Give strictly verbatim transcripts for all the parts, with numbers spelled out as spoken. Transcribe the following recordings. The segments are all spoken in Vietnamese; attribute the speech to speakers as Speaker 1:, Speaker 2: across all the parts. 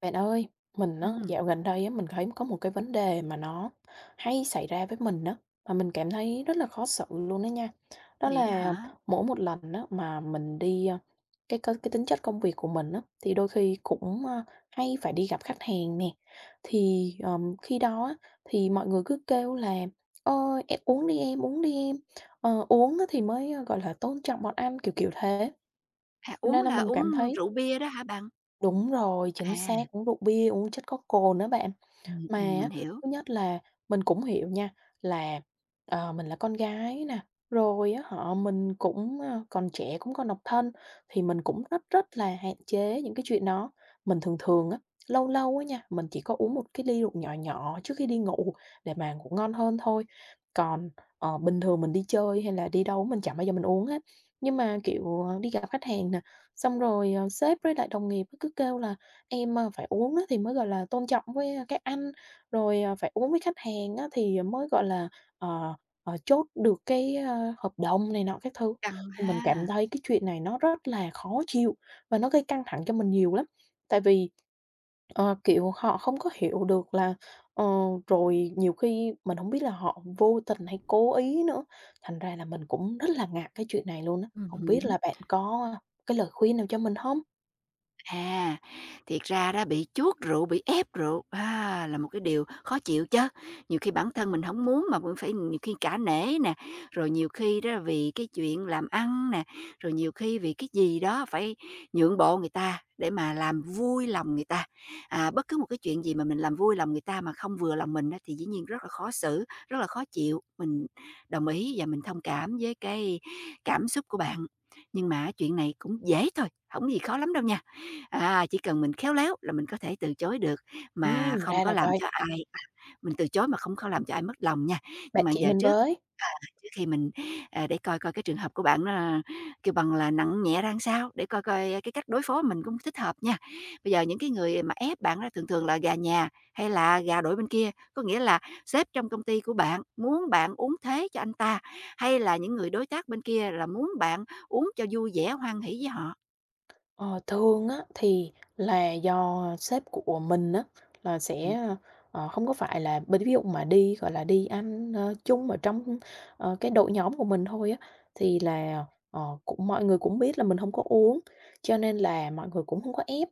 Speaker 1: Bạn ơi, mình á,
Speaker 2: Ừm,
Speaker 1: dạo gần đây á, mình thấy có một cái vấn đề mà nó hay xảy ra với mình á, mà mình cảm thấy rất là khó xử luôn đó nha. Đó
Speaker 2: vậy đó
Speaker 1: là
Speaker 2: hả?
Speaker 1: mỗi một lần á, mà mình đi ờ, cái cái, cái tính chất công việc của mình á, thì đôi khi cũng ờ, hay phải đi gặp khách hàng nè. Thì ờm, khi đó á, thì mọi người cứ kêu là ơi em uống đi em uống đi em. Ờ, uống á, thì mới ờ, gọi là tôn trọng bọn anh kiểu kiểu thế.
Speaker 2: À, uống
Speaker 1: Nên là
Speaker 2: là
Speaker 1: mình
Speaker 2: uống
Speaker 1: cảm thấy
Speaker 2: rượu bia đó hả bạn?
Speaker 1: đúng rồi, chính
Speaker 2: À,
Speaker 1: xác, uống rượu bia, uống chất có cồn á bạn.
Speaker 2: ừm,
Speaker 1: Mà
Speaker 2: ừm,
Speaker 1: á,
Speaker 2: mình hiểu,
Speaker 1: thứ nhất là mình cũng hiểu nha, là, ờ, mình là con gái nè, rồi á hả, mình cũng, ơ, còn trẻ, cũng còn độc thân, thì mình cũng rất rất là hạn chế những cái chuyện đó. Mình thường thường á, lâu lâu á nha, mình chỉ có uống một cái ly rượu nhỏ nhỏ trước khi đi ngủ để mà ngủ ngon hơn thôi. Còn, ờ, bình thường mình đi chơi hay là đi đâu mình chẳng bao giờ mình uống hết. Nhưng mà, kiểu, ờ, đi gặp khách hàng nè, xong rồi, ờ, sếp với lại đồng nghiệp cứ kêu là "Em, ơ, phải uống á thì mới, gọi là, tôn trọng với, các anh." Rồi, ờ, phải uống với khách hàng á thì mới, gọi là, ờ, ờ, chốt được cái, ơ, hợp đồng này nọ các thứ.
Speaker 2: căng
Speaker 1: Thì mình
Speaker 2: ha.
Speaker 1: cảm thấy cái chuyện này nó rất là khó chịu và nó gây căng thẳng cho mình nhiều lắm. Tại vì, ờ, kiểu, họ không có hiểu được là ờ, rồi nhiều khi mình không biết là họ vô tình hay cố ý nữa, thành ra là mình cũng rất là ngại cái chuyện này luôn á.
Speaker 2: Ừm
Speaker 1: Không biết
Speaker 2: hứm.
Speaker 1: là bạn có cái lời khuyên nào cho mình không?
Speaker 2: À, thiệt ra đó bị chuốc rượu, bị ép rượu, à, là một cái điều khó chịu chứ. Nhiều khi bản thân mình không muốn mà cũng phải nhiều khi cả nể nè, rồi nhiều khi đó là vì cái chuyện làm ăn nè, rồi nhiều khi vì cái gì đó phải nhượng bộ người ta để mà làm vui lòng người ta. À, bất cứ một cái chuyện gì mà mình làm vui lòng người ta mà không vừa lòng mình á thì dĩ nhiên rất là khó xử, rất là khó chịu. Mình đồng ý và mình thông cảm với cái cảm xúc của bạn, nhưng mà chuyện này cũng dễ thôi, không gì khó lắm đâu nha. À, chỉ cần mình khéo léo là mình có thể từ chối được, mà
Speaker 1: Ừm,
Speaker 2: không
Speaker 1: ra
Speaker 2: có
Speaker 1: là
Speaker 2: làm
Speaker 1: vậy,
Speaker 2: cho ai à, mình từ chối mà không có làm cho ai mất lòng nha. Nhưng
Speaker 1: bạn
Speaker 2: mà
Speaker 1: chỉ
Speaker 2: giờ
Speaker 1: mình
Speaker 2: trước
Speaker 1: với.
Speaker 2: trước khi mình, à, để coi coi cái trường hợp của bạn nó à, kêu bằng là nặng nhẹ ra làm sao, để coi coi cái cách đối phó mình cũng thích hợp nha. Bây giờ những cái người mà ép bạn đó thường thường là gà nhà hay là gà đội bên kia, có nghĩa là sếp trong công ty của bạn muốn bạn uống thế cho anh ta, hay là những người đối tác bên kia là muốn bạn uống cho vui vẻ, hoan hỉ với họ.
Speaker 1: Ờ, thường á thì là do sếp của mình á là
Speaker 2: Ừm,
Speaker 1: sẽ, ờ, không có phải là b ví dụ mà đi, gọi là, đi ăn, ơ, chung ở trong, ờ, cái đội nhóm của mình thôi á, thì là, ờ, cũng mọi người cũng biết là mình không có uống, cho nên là mọi người cũng không có ép.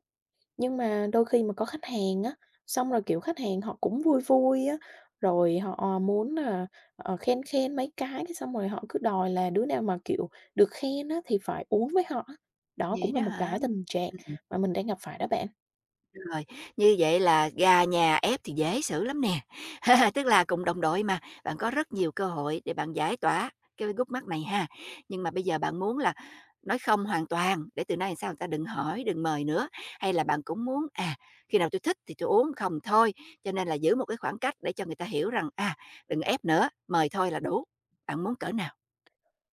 Speaker 1: Nhưng mà đôi khi mà có khách hàng á, xong rồi, kiểu, khách hàng họ cũng vui vui á, rồi họ ờ, muốn là, ờ, khen khen mấy cái, cái xong rồi họ cứ đòi là đứa nào mà, kiểu, được khen á thì phải uống với họ á. Đó
Speaker 2: vậy
Speaker 1: cũng là
Speaker 2: đó
Speaker 1: một
Speaker 2: hả?
Speaker 1: cái tình trạng
Speaker 2: Ừm.
Speaker 1: mà mình đang gặp phải đó bạn.
Speaker 2: Rồi, như vậy là gà nhà ép thì dễ xử lắm nè. Tức là cùng đồng đội mà, bạn có rất nhiều cơ hội để bạn giải tỏa cái gút mắt này ha. Nhưng mà bây giờ bạn muốn là nói không hoàn toàn để từ nay làm sao người ta đừng hỏi, đừng mời nữa, hay là bạn cũng muốn, à, khi nào tôi thích thì tôi uống, không thôi, cho nên là giữ một cái khoảng cách để cho người ta hiểu rằng, à, đừng ép nữa, mời thôi là đủ. Bạn muốn cỡ nào?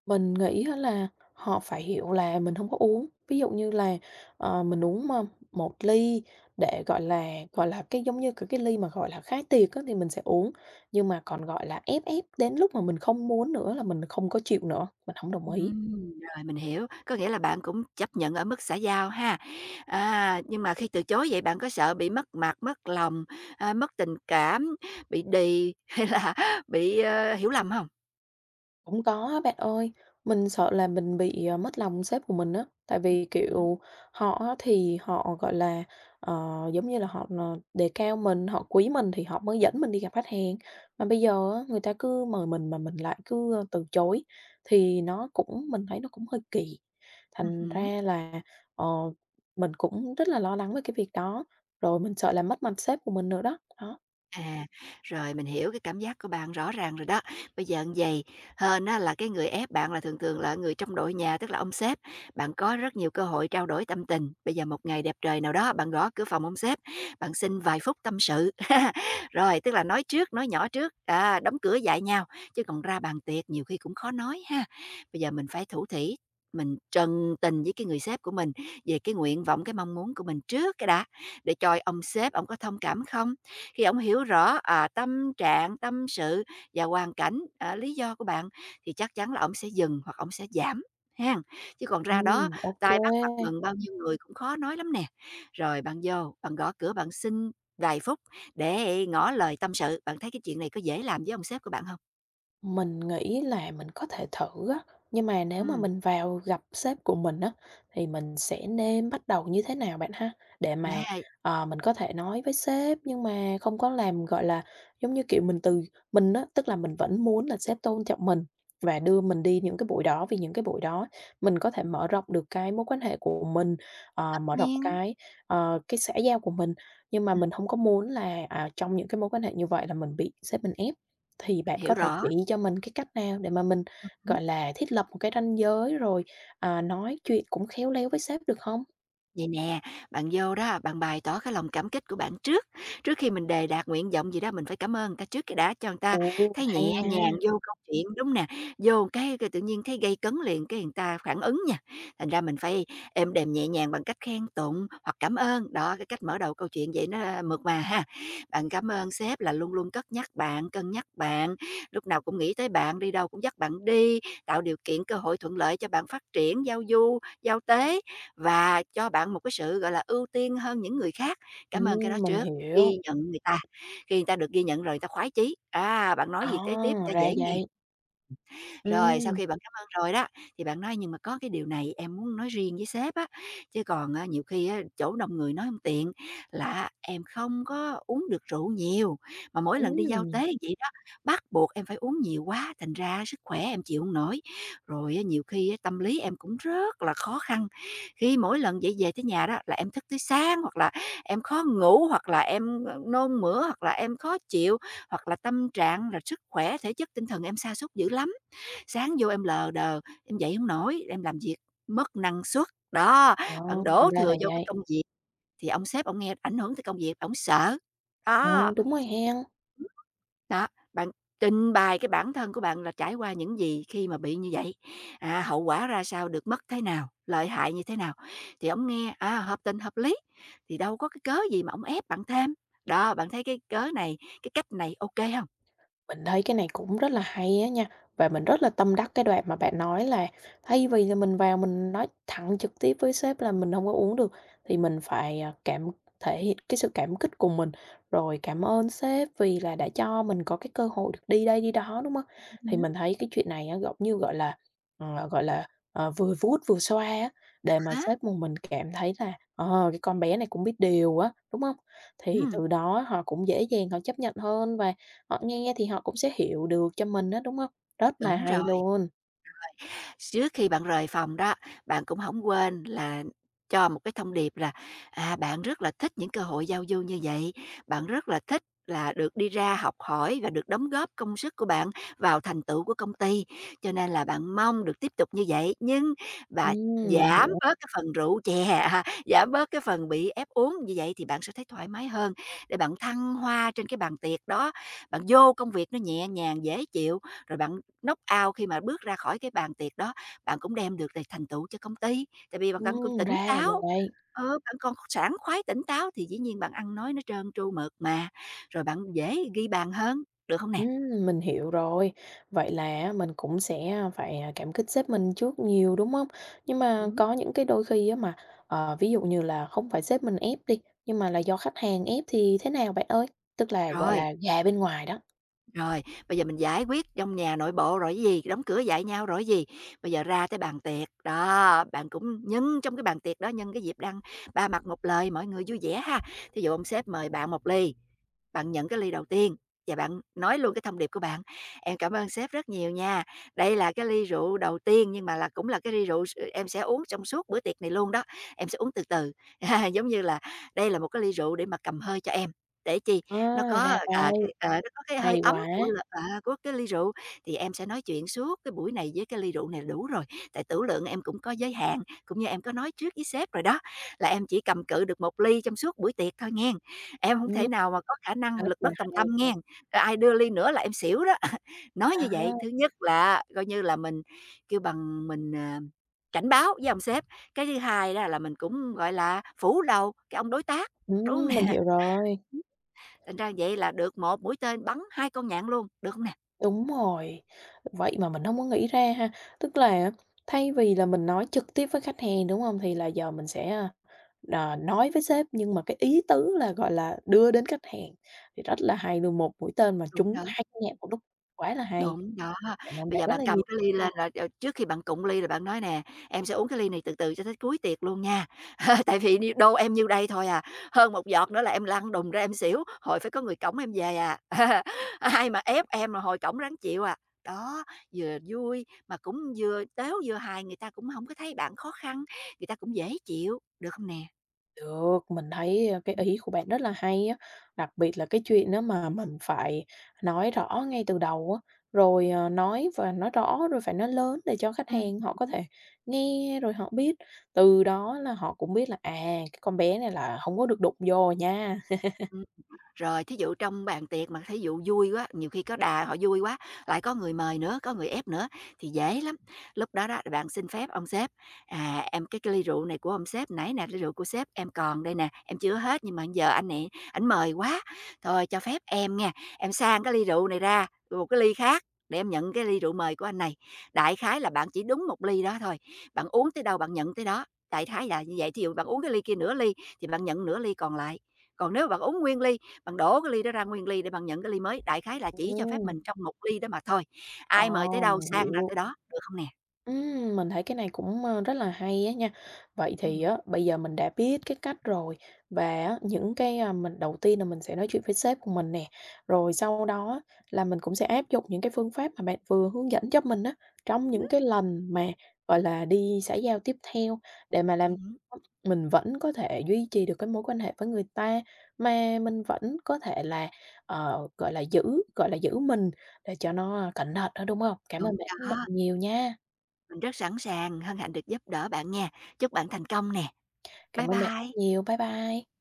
Speaker 1: Mình nghĩ á là họ phải hiểu là mình không có uống. Ví dụ như là, ờ, mình uống, mà một ly để, gọi là, gọi là, cái giống như, cái cái ly mà, gọi là, khái tiệc á thì mình sẽ uống, nhưng mà còn, gọi là, ép ép đến lúc mà mình không muốn nữa là mình không có chịu nữa, mình không đồng ý.
Speaker 2: Ừm, rồi mình hiểu, có nghĩa là bạn cũng chấp nhận ở mức xã giao ha. À, nhưng mà khi từ chối vậy bạn có sợ bị mất mặt, mất lòng, à, mất tình cảm, bị đì hay là bị, ơ, hiểu lầm không?
Speaker 1: Cũng có á bạn ơi, mình sợ là mình bị, ờ, mất lòng sếp của mình á, tại vì,
Speaker 2: Ừm,
Speaker 1: kiểu, họ á thì họ, gọi là, ờ, giống như là, họ, ờ, đề cao mình, họ quý mình thì họ mới dẫn mình đi gặp khách hàng. Mà bây giờ á, người ta cứ mời mình mà mình lại cứ, ơ, từ chối thì nó cũng mình thấy nó cũng hơi kỳ. Thành
Speaker 2: ừm.
Speaker 1: ra là, ờ, mình cũng rất là lo lắng về cái việc đó, rồi mình sợ là mất mặt sếp của mình nữa đó, đó.
Speaker 2: À, rồi mình hiểu cái cảm giác của bạn rõ ràng rồi đó. Bây giờ như vầy, hên á là cái người ép bạn là thường thường là người trong đội nhà, tức là ông sếp. Bạn có rất nhiều cơ hội trao đổi tâm tình. Bây giờ một ngày đẹp trời nào đó, bạn gõ cửa phòng ông sếp, bạn xin vài phút tâm sự. Rồi, tức là nói trước, nói nhỏ trước, à, đóng cửa dạy nhau, chứ còn ra bàn tiệc nhiều khi cũng khó nói ha. Bây giờ mình phải thủ thỉ, mình trần tình với cái người sếp của mình về cái nguyện vọng, cái mong muốn của mình trước cái đã, để coi ông sếp ông có thông cảm không? Khi ông hiểu rõ, à, tâm trạng, tâm sự và hoàn cảnh, à, lý do của bạn thì chắc chắn là ông sẽ dừng hoặc ông sẽ giảm, hén. Chứ còn ra đó
Speaker 1: Ừm, ô
Speaker 2: tai bắt mặt mừng bao nhiêu người cũng khó nói lắm nè. Rồi bạn vô, bạn gõ cửa bạn xin vài phút để ngỏ lời tâm sự, bạn thấy cái chuyện này có dễ làm với ông sếp của bạn không?
Speaker 1: Mình nghĩ là mình có thể thử á, nhưng mà nếu mà
Speaker 2: Ừ,
Speaker 1: mình vào gặp sếp của mình á, thì mình sẽ nên bắt đầu như thế nào bạn ha? Để mà,
Speaker 2: à,
Speaker 1: ờ, mình có thể nói với sếp nhưng mà không có làm, gọi là, giống như kiểu, mình từ mình á, tức là mình vẫn muốn là sếp tôn trọng mình và đưa mình đi những cái buổi đó, vì những cái buổi đó mình có thể mở rộng được cái mối quan hệ của mình, ờ,
Speaker 2: tất
Speaker 1: mở rộng
Speaker 2: nhiên,
Speaker 1: cái, ờ, cái xã giao của mình. Nhưng mà
Speaker 2: ừm,
Speaker 1: mình không có muốn là, à, trong những cái mối quan hệ như vậy là mình bị sếp mình ép. Thì
Speaker 2: mình
Speaker 1: bạn
Speaker 2: hiểu
Speaker 1: có thể
Speaker 2: rõ.
Speaker 1: chỉ cho mình cái cách nào để mà mình,
Speaker 2: Ừm.
Speaker 1: gọi là, thiết lập một cái ranh giới rồi, à, nói chuyện cũng khéo léo với sếp được hông?
Speaker 2: Vậy nè, bạn vô đó, bạn bày tỏ cái lòng cảm kích của bạn trước. Trước khi mình đề đạt nguyện vọng gì đó, mình phải cảm ơn người ta trước cái đã cho người ta
Speaker 1: Ồ,
Speaker 2: thấy
Speaker 1: hay
Speaker 2: nhẹ
Speaker 1: nha!
Speaker 2: nhàng vô câu chuyện, đúng nè. Vô cái, cái tự nhiên thấy gây cấn liền, cái người ta phản ứng nha. Thành ra mình phải êm đềm nhẹ nhàng bằng cách khen tụng hoặc cảm ơn. Đó, cái cách mở đầu câu chuyện vậy nó mượt mà ha. Bạn cảm ơn sếp là luôn luôn cất nhắc bạn, cân nhắc bạn, lúc nào cũng nghĩ tới bạn, đi đâu cũng dắt bạn đi, tạo điều kiện cơ hội thuận lợi cho bạn phát triển, giao du, giao tế và cho bạn một cái sự, gọi là, ưu tiên hơn những người khác. Cảm ơn cái đó
Speaker 1: Ừm, mình
Speaker 2: trước,
Speaker 1: hiểu.
Speaker 2: ghi nhận người ta, khi người ta được ghi nhận rồi người ta khoái chí, á, bạn nói
Speaker 1: À,
Speaker 2: gì kế tiếp người ta
Speaker 1: ra
Speaker 2: dễ nghe.
Speaker 1: vậy.
Speaker 2: Rồi, sau
Speaker 1: Ừm,
Speaker 2: khi bạn cảm ơn rồi đó, thì bạn nói "Nhưng mà có cái điều này em muốn nói riêng với sếp á, chứ còn á nhiều khi á chỗ đông người nói không tiện, là em không có uống được rượu nhiều, mà mỗi lần đi giao
Speaker 1: ừm,
Speaker 2: tế như vậy đó, bắt buộc em phải uống nhiều quá, thành ra sức khỏe em chịu hông nổi. Rồi á nhiều khi á tâm lý em cũng rất là khó khăn, khi mỗi lần vậy về tới nhà đó là em thức tới sáng, hoặc là em khó ngủ, hoặc là em, ờ, nôn mửa, hoặc là em khó chịu, hoặc là tâm trạng, là sức khỏe, thể chất, tinh thần em sa sút dữ lắm. Sáng vô em lờ đờ, em dậy hông nổi, em làm việc mất năng suất." Đó,
Speaker 1: ờ,
Speaker 2: bạn đổ
Speaker 1: Ra
Speaker 2: thừa
Speaker 1: là
Speaker 2: vô cái
Speaker 1: vậy.
Speaker 2: công việc thì ông sếp ổng nghe ảnh hưởng tới công việc, ổng sợ.
Speaker 1: Ờ,
Speaker 2: Đó.
Speaker 1: đúng rồi hen.
Speaker 2: Ừm. Đó, bạn trình bày cái bản thân của bạn là trải qua những gì khi mà bị như vậy, à, hậu quả ra sao, được mất thế nào, lợi hại như thế nào, thì ổng nghe, à, hợp tình hợp lý, thì đâu có cái cớ gì mà ổng ép bạn thêm. Đó, bạn thấy cái cớ này, cái cách này ô kê hông?
Speaker 1: Mình thấy cái này cũng rất là hay á nha, và mình rất là tâm đắc cái đoạn mà bạn nói là thay vì là mình vào mình nói thẳng trực tiếp với sếp là mình không có uống được, thì mình phải, à, cảm thể hiện cái sự cảm kích của mình, rồi cảm ơn sếp vì là đã cho mình có cái cơ hội được đi đây đi đó, đúng không?
Speaker 2: Ừm
Speaker 1: Thì
Speaker 2: hứm.
Speaker 1: mình thấy cái chuyện này á, giống như, gọi là, ờ, gọi là, ờ, vừa vuốt vừa xoa á, để mà
Speaker 2: Há?
Speaker 1: sếp của mình cảm thấy là, ờ, cái con bé này cũng biết điều á, đúng không? Thì
Speaker 2: Ừm,
Speaker 1: từ đó họ cũng dễ dàng họ chấp nhận hơn và họ nghe thì họ cũng sẽ hiểu được cho mình đó đúng không? Rất là
Speaker 2: đúng
Speaker 1: hay
Speaker 2: rồi.
Speaker 1: luôn.
Speaker 2: Trước khi bạn rời phòng đó, bạn cũng không quên là cho một cái thông điệp là, à, bạn rất là thích những cơ hội giao du như vậy, bạn rất là thích là được đi ra học hỏi và được đóng góp công sức của bạn vào thành tựu của công ty, cho nên là bạn mong được tiếp tục như vậy. Nhưng bạn
Speaker 1: Ừm, mình
Speaker 2: giảm
Speaker 1: hiểu,
Speaker 2: bớt cái phần rượu chè, giảm bớt cái phần bị ép uống, như vậy thì bạn sẽ thấy thoải mái hơn để bạn thăng hoa trên cái bàn tiệc đó. Bạn vô công việc nó nhẹ nhàng, dễ chịu, rồi bạn knock-out khi mà bước ra khỏi cái bàn tiệc đó, bạn cũng đem được về thành tựu cho công ty, tại vì bạn cần còn
Speaker 1: ừm,
Speaker 2: tỉnh
Speaker 1: ra là
Speaker 2: táo,
Speaker 1: vậy.
Speaker 2: ờ, bạn còn sảng khoái, tỉnh táo thì dĩ nhiên bạn ăn nói nó trơn tru mượt mà, rồi bạn dễ ghi bàn hơn, được không nè?
Speaker 1: Ừm, mình hiểu rồi. Vậy là mình cũng sẽ phải, à, cảm kích sếp mình trước nhiều, đúng không? Nhưng mà
Speaker 2: Ừm,
Speaker 1: có những cái đôi khi á mà, ờ, ví dụ như là không phải sếp mình ép đi, nhưng mà là do khách hàng ép thì thế nào bạn ơi? Tức là, gọi
Speaker 2: rồi,
Speaker 1: là, gà bên ngoài đó.
Speaker 2: rồi, bây giờ mình giải quyết trong nhà nội bộ rồi cái gì, đóng cửa dạy nhau rồi cái gì, bây giờ ra tới bàn tiệc, đó, bạn cũng nhân trong cái bàn tiệc đó, nhân cái dịp đang ba mặt một lời, mọi người vui vẻ ha. Thí dụ ông sếp mời bạn một ly. Bạn nhận cái ly đầu tiên và bạn nói luôn cái thông điệp của bạn: "Em cảm ơn sếp rất nhiều nha. Đây là cái ly rượu đầu tiên nhưng mà là cũng là cái ly rượu em sẽ uống trong suốt bữa tiệc này luôn đó, em sẽ uống từ từ." Giống như là đây là một cái ly rượu để mà cầm hơi cho em, để chi?
Speaker 1: À,
Speaker 2: Nó
Speaker 1: ra
Speaker 2: có,
Speaker 1: vậy,
Speaker 2: à, cái, ờ, nó có cái hơi
Speaker 1: hay
Speaker 2: ấm
Speaker 1: quá!
Speaker 2: của l à, của cái ly rượu, thì em sẽ nói chuyện suốt cái buổi này với cái ly rượu này là đủ rồi, tại tửu lượng em cũng có giới hạn, cũng như em có nói trước với sếp rồi đó, là em chỉ cầm cự được một ly trong suốt buổi tiệc thôi nghen. Em hông
Speaker 1: Ừm,
Speaker 2: thể nào mà có khả năng
Speaker 1: rất
Speaker 2: lực
Speaker 1: là
Speaker 2: bất tòng tâm
Speaker 1: hay.
Speaker 2: nghen, rồi ai đưa ly nữa là em xỉu đó. Nói
Speaker 1: À,
Speaker 2: như vậy, thứ nhất là coi như là mình kêu bằng mình, ờ, cảnh báo với ông sếp, cái thứ hai đó là mình cũng, gọi là, phủ đầu cái ông đối tác, đúng hông
Speaker 1: ừm, mình
Speaker 2: nè?
Speaker 1: hiểu rồi.
Speaker 2: Thành ra vậy là được một mũi tên bắn hai con nhạn luôn, được hông nè?
Speaker 1: Đúng rồi, vậy mà mình không có nghĩ ra ha. Tức là thay vì là mình nói trực tiếp với khách hàng, đúng không? Thì là giờ mình sẽ, a, ờ, nói với sếp, nhưng mà cái ý tứ là, gọi là, đưa đến khách hàng thì rất là hay luôn, một mũi tên mà
Speaker 2: Được hông
Speaker 1: trúng
Speaker 2: nè?
Speaker 1: hai cái nhạc một lúc, quá là hay.
Speaker 2: Đúng, đó.
Speaker 1: Cảm ơn
Speaker 2: Bây
Speaker 1: bạn
Speaker 2: giờ
Speaker 1: rất
Speaker 2: bạn
Speaker 1: là
Speaker 2: cầm
Speaker 1: nhiều.
Speaker 2: cái ly lên rồi, ờ, trước khi bạn cụng ly rồi bạn nói nè: "Em sẽ uống cái ly này từ từ cho tới cuối tiệc luôn nha, tại vì nhiêu đô em nhiêu đây thôi à, hơn một giọt nữa là em lăn đùng ra em xỉu, hồi phải có người cõng em về à, ai mà ép em là hồi cõng ráng chịu à." Đó, vừa vui mà cũng vừa tếu vừa hài, người ta cũng không có thấy bạn khó khăn, người ta cũng dễ chịu, được không nè?
Speaker 1: Được, mình thấy, ơ, cái ý của bạn rất là hay á, đặc biệt là cái chuyện á mà mình phải nói rõ ngay từ đầu á, rồi, ờ, nói và nói rõ, rồi phải nói lớn để cho khách
Speaker 2: Ừm
Speaker 1: hàng họ có
Speaker 2: hứm.
Speaker 1: thể nghe rồi họ biết. Từ đó là họ cũng biết là, à, cái con bé này là không có được đụng vô nha.
Speaker 2: Rồi, thí dụ trong bàn tiệc mà thí dụ vui quá, nhiều khi có đà họ vui quá, lại có người mời nữa, có người ép nữa thì dễ lắm. Lúc đó đó bạn xin phép ông sếp, à, "Em cái cái ly rượu này của ông sếp nãy nè, ly rượu của sếp em còn đây nè, em chưa hết nhưng mà giờ anh này ảnh mời quá, thôi cho phép em nha, em sang cái ly rượu này ra, một cái ly khác để em nhận cái ly rượu mời của anh này." Đại khái là bạn chỉ đúng một ly đó thôi, bạn uống tới đâu bạn nhận tới đó. Đại khái là như vậy, thí dụ bạn uống cái ly kia nửa ly thì bạn nhận nửa ly còn lại. Còn nếu bạn uống nguyên ly bạn đổ cái ly đó ra nguyên ly để bạn nhận cái ly mới, đại khái là chỉ cho phép
Speaker 1: Ừm,
Speaker 2: mình trong một ly đó mà thôi, ai mời tới
Speaker 1: ờ,
Speaker 2: đâu
Speaker 1: mình
Speaker 2: sang ra
Speaker 1: hiểu.
Speaker 2: tới đó, được không nè?
Speaker 1: Ừm, mình thấy cái này cũng, ơ, rất là hay á nha. Vậy thì
Speaker 2: Ừm.
Speaker 1: á, bây giờ mình đã biết cái cách rồi và á, những cái, a, mình đầu tiên là mình sẽ nói chuyện với sếp của mình nè, rồi sau đó á, là mình cũng sẽ áp dụng những cái phương pháp mà bạn vừa hướng dẫn cho mình á, trong
Speaker 2: Ừm.
Speaker 1: những cái lần mà, gọi là, đi xã giao tiếp theo để mà làm
Speaker 2: Ừm.
Speaker 1: cho mình vẫn có thể duy trì được cái mối quan hệ với người ta, mà mình vẫn có thể là, ờ, gọi là, giữ, gọi là, giữ mình để cho nó, cẩn thận hơn, đúng không? Cảm ơn
Speaker 2: Đúng
Speaker 1: bạn rất
Speaker 2: đó,
Speaker 1: là nhiều nha.
Speaker 2: mình rất sẵn sàng, hân hạnh được giúp đỡ bạn nha. Chúc bạn thành công nè.
Speaker 1: Cảm
Speaker 2: Bye
Speaker 1: ơn bạn rất
Speaker 2: bye.
Speaker 1: nhiều. Bye bye.